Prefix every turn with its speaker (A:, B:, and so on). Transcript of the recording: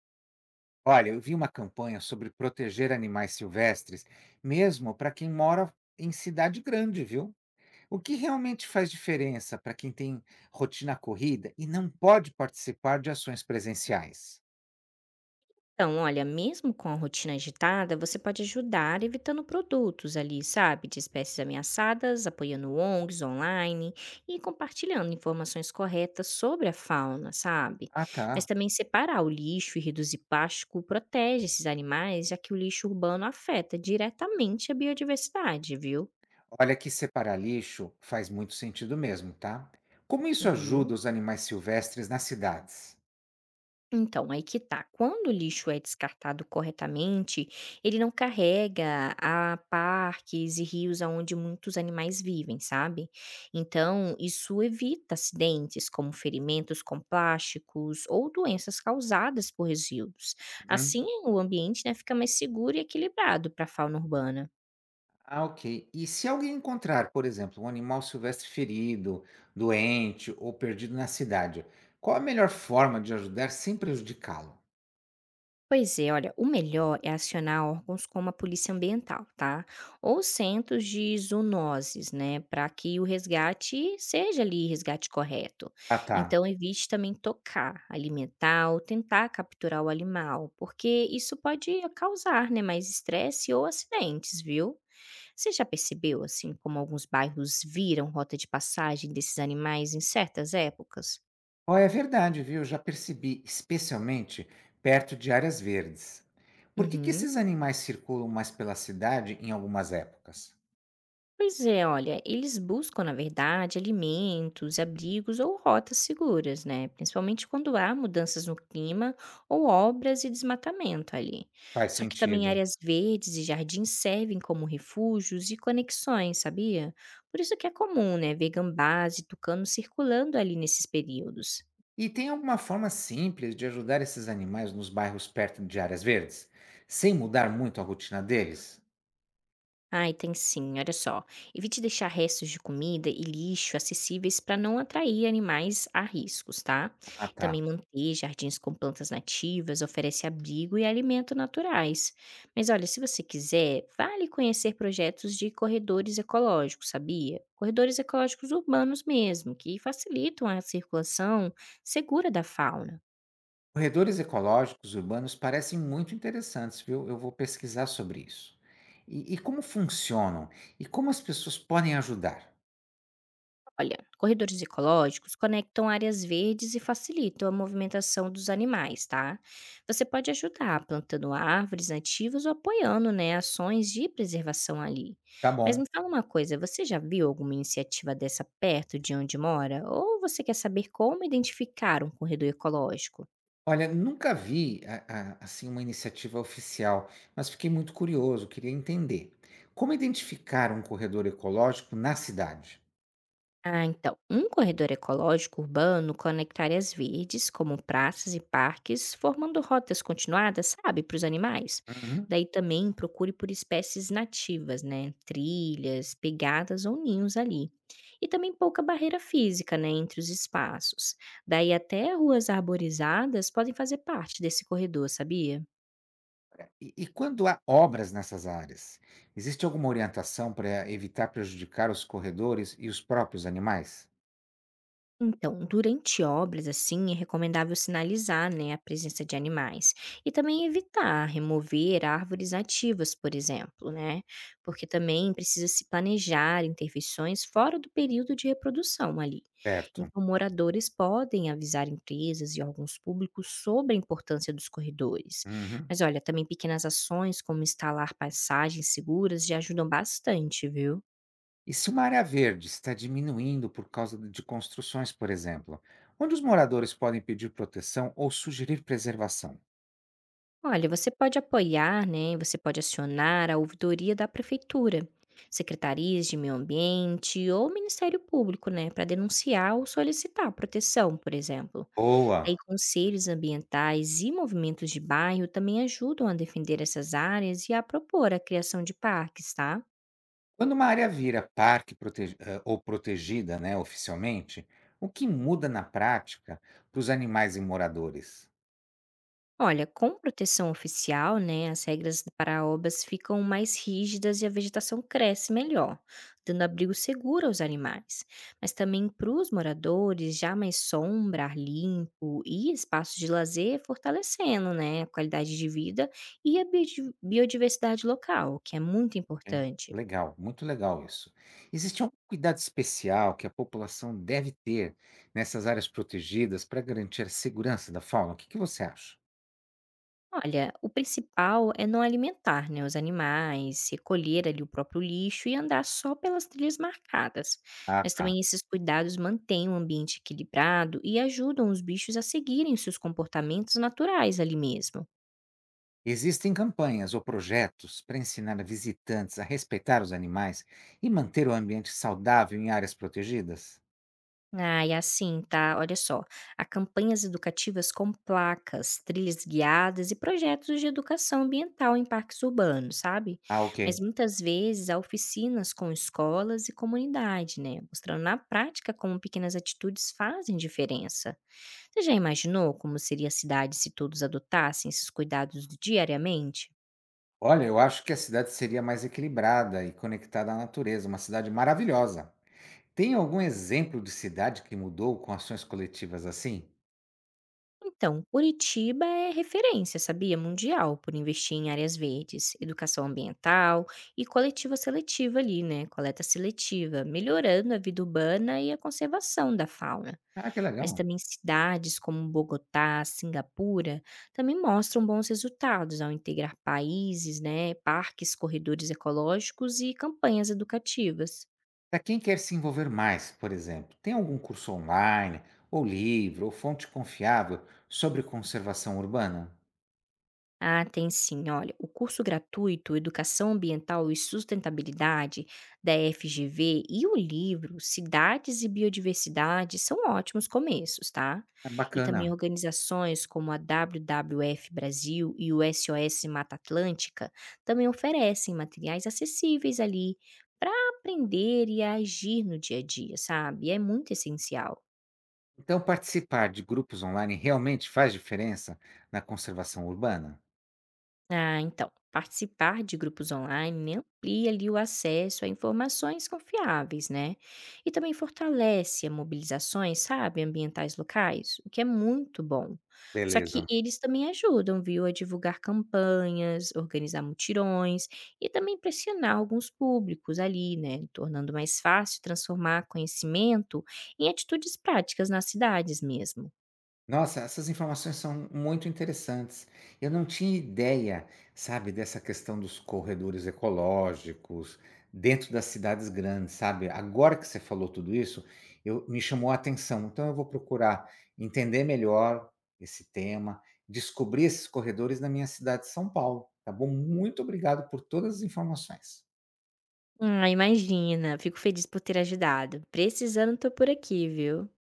A: Olha, eu vi uma campanha sobre proteger animais silvestres, mesmo para quem mora em cidade grande, viu? O que realmente faz diferença para quem tem rotina corrida e não pode participar de ações presenciais?
B: Então, olha, mesmo com a rotina agitada, você pode ajudar evitando produtos ali, sabe, de espécies ameaçadas, apoiando ONGs online e compartilhando informações corretas sobre a fauna, sabe?
A: Ah,
B: Mas
A: tá.
B: também separar o lixo e reduzir plástico protege esses animais, já que o lixo urbano afeta diretamente a biodiversidade, viu?
A: Olha que separar lixo faz muito sentido mesmo, tá? Como isso
B: Uhum.
A: ajuda os animais silvestres nas cidades?
B: Então, aí que tá. Quando o lixo é descartado corretamente, ele não carrega a parques e rios onde muitos animais vivem, sabe? Então, isso evita acidentes como ferimentos com plásticos ou doenças causadas por resíduos.
A: Uhum.
B: Assim, o ambiente né, fica mais seguro e equilibrado para a fauna urbana.
A: Ah, ok. E se alguém encontrar, por exemplo, um animal silvestre ferido, doente ou perdido na cidade, qual a melhor forma de ajudar sem prejudicá-lo?
B: Pois é, olha, o melhor é acionar órgãos como a Polícia Ambiental, tá? Ou centros de zoonoses, né? Para que o resgate seja ali resgate correto.
A: Ah, tá.
B: Então, evite também tocar, alimentar ou tentar capturar o animal, porque isso pode causar, né, mais estresse ou acidentes, viu? Você já percebeu, assim, como alguns bairros viram rota de passagem desses animais em certas épocas?
A: Ó, é verdade, viu? Eu já percebi, especialmente perto de áreas verdes. Por que que
B: Uhum.
A: esses animais circulam mais pela cidade em algumas épocas?
B: Pois é, olha, eles buscam, na verdade, alimentos, abrigos ou rotas seguras, né? Principalmente quando há mudanças no clima ou obras e desmatamento ali.
A: Faz
B: Só que também
A: sentido.
B: áreas verdes e jardins servem como refúgios e conexões, sabia? Por isso que é comum, né, ver gambás e tucanos circulando ali nesses períodos.
A: E tem alguma forma simples de ajudar esses animais nos bairros perto de áreas verdes, sem mudar muito a rotina deles?
B: Ai, tem sim, olha só. Evite deixar restos de comida e lixo acessíveis para não atrair animais a riscos, tá?
A: Ah, tá.
B: Também manter jardins com plantas nativas oferece abrigo e alimento naturais. Mas olha, se você quiser, vale conhecer projetos de corredores ecológicos, sabia? Corredores ecológicos urbanos mesmo, que facilitam a circulação segura da fauna.
A: Corredores ecológicos urbanos parecem muito interessantes, viu? Eu vou pesquisar sobre isso. E como funcionam? E como as pessoas podem ajudar?
B: Olha, corredores ecológicos conectam áreas verdes e facilitam a movimentação dos animais, tá? Você pode ajudar plantando árvores nativas ou apoiando, né, ações de preservação ali.
A: Tá
B: Mas
A: bom.
B: me fala uma coisa, você já viu alguma iniciativa dessa perto de onde mora? Ou você quer saber como identificar um corredor ecológico?
A: Olha, nunca vi assim uma iniciativa oficial, mas fiquei muito curioso, queria entender. Como identificar um corredor ecológico na cidade?
B: Ah, então, um corredor ecológico urbano conecta áreas verdes, como praças e parques, formando rotas continuadas, sabe, para os animais.
A: Uhum.
B: Daí também procure por espécies nativas, né? Trilhas, pegadas ou ninhos ali. E também pouca barreira física, né, entre os espaços. Daí até ruas arborizadas podem fazer parte desse corredor, sabia?
A: E quando há obras nessas áreas, existe alguma orientação para evitar prejudicar os corredores e os próprios animais?
B: Então, durante obras, assim, é recomendável sinalizar, né, a presença de animais e também evitar remover árvores nativas, por exemplo, né? Porque também precisa se planejar intervenções fora do período de reprodução ali.
A: Certo.
B: Então, moradores podem avisar empresas e órgãos públicos sobre a importância dos corredores.
A: Uhum.
B: Mas olha, também pequenas ações como instalar passagens seguras já ajudam bastante, viu?
A: E se uma área verde está diminuindo por causa de construções, por exemplo, onde os moradores podem pedir proteção ou sugerir preservação?
B: Olha, você pode apoiar, né? Você pode acionar a ouvidoria da prefeitura, secretarias de meio ambiente ou Ministério Público, né, para denunciar ou solicitar proteção, por exemplo. Aí
A: Boa!
B: conselhos ambientais e movimentos de bairro também ajudam a defender essas áreas e a propor a criação de parques, tá?
A: Quando uma área vira parque ou protegida, né, oficialmente, o que muda na prática para os animais e moradores?
B: Olha, com proteção oficial, né, as regras para obras ficam mais rígidas e a vegetação cresce melhor, dando abrigo seguro aos animais. Mas também para os moradores, já mais sombra, ar limpo e espaços de lazer, fortalecendo né, a qualidade de vida e a biodiversidade local, o que é muito
A: Hein?
B: importante.
A: Legal, muito legal isso. Existe algum cuidado especial que a população deve ter nessas áreas protegidas para garantir a segurança da fauna? O que que você acha?
B: Olha, o principal é não alimentar, né, os animais, recolher ali o próprio lixo e andar só pelas trilhas marcadas.
A: Ah,
B: Mas
A: tá.
B: também esses cuidados mantêm o ambiente equilibrado e ajudam os bichos a seguirem seus comportamentos naturais ali mesmo.
A: Existem campanhas ou projetos para ensinar visitantes a respeitar os animais e manter o ambiente saudável em áreas protegidas?
B: Ah, e assim, tá? Olha só. Há campanhas educativas com placas, trilhas guiadas e projetos de educação ambiental em parques urbanos, sabe?
A: Ah,
B: Mas
A: ok.
B: muitas vezes há oficinas com escolas e comunidade, né? Mostrando na prática como pequenas atitudes fazem diferença. Você já imaginou como seria a cidade se todos adotassem esses cuidados diariamente?
A: Olha, eu acho que a cidade seria mais equilibrada e conectada à natureza, uma cidade maravilhosa. Tem algum exemplo de cidade que mudou com ações coletivas assim?
B: Então, Curitiba é referência, sabia? Mundial, por investir em áreas verdes, educação ambiental e coletiva seletiva ali, né? Coleta seletiva, melhorando a vida urbana e a conservação da fauna.
A: Ah, que
B: Mas
A: legal.
B: também cidades como Bogotá, Singapura, também mostram bons resultados ao integrar países, né? Parques, corredores ecológicos e campanhas educativas.
A: Para quem quer se envolver mais, por exemplo, tem algum curso online, ou livro, ou fonte confiável sobre conservação urbana?
B: Ah, tem sim. Olha, o curso gratuito Educação Ambiental e Sustentabilidade da FGV e o livro Cidades e Biodiversidade são ótimos começos, tá?
A: É
B: E
A: bacana.
B: também organizações como a WWF Brasil e o SOS Mata Atlântica também oferecem materiais acessíveis ali para aprender e agir no dia a dia, sabe? É muito essencial.
A: Então, participar de grupos online realmente faz diferença na conservação urbana?
B: Ah, então, participar de grupos online amplia ali o acesso a informações confiáveis, né? E também fortalece a mobilizações, sabe, ambientais locais, o que é muito bom. Só que
A: Beleza.
B: eles também ajudam, viu, a divulgar campanhas, organizar mutirões e também pressionar alguns públicos ali, né? Tornando mais fácil transformar conhecimento em atitudes práticas nas cidades mesmo.
A: Nossa, essas informações são muito interessantes. Eu não tinha ideia, sabe, dessa questão dos corredores ecológicos dentro das cidades grandes, sabe? Agora que você falou tudo isso, eu, me chamou a atenção. Então, eu vou procurar entender melhor esse tema, descobrir esses corredores na minha cidade de São Paulo, tá bom? Muito obrigado por todas as informações.
B: Ah, imagina, fico feliz por ter ajudado. Precisando, tô por aqui, viu.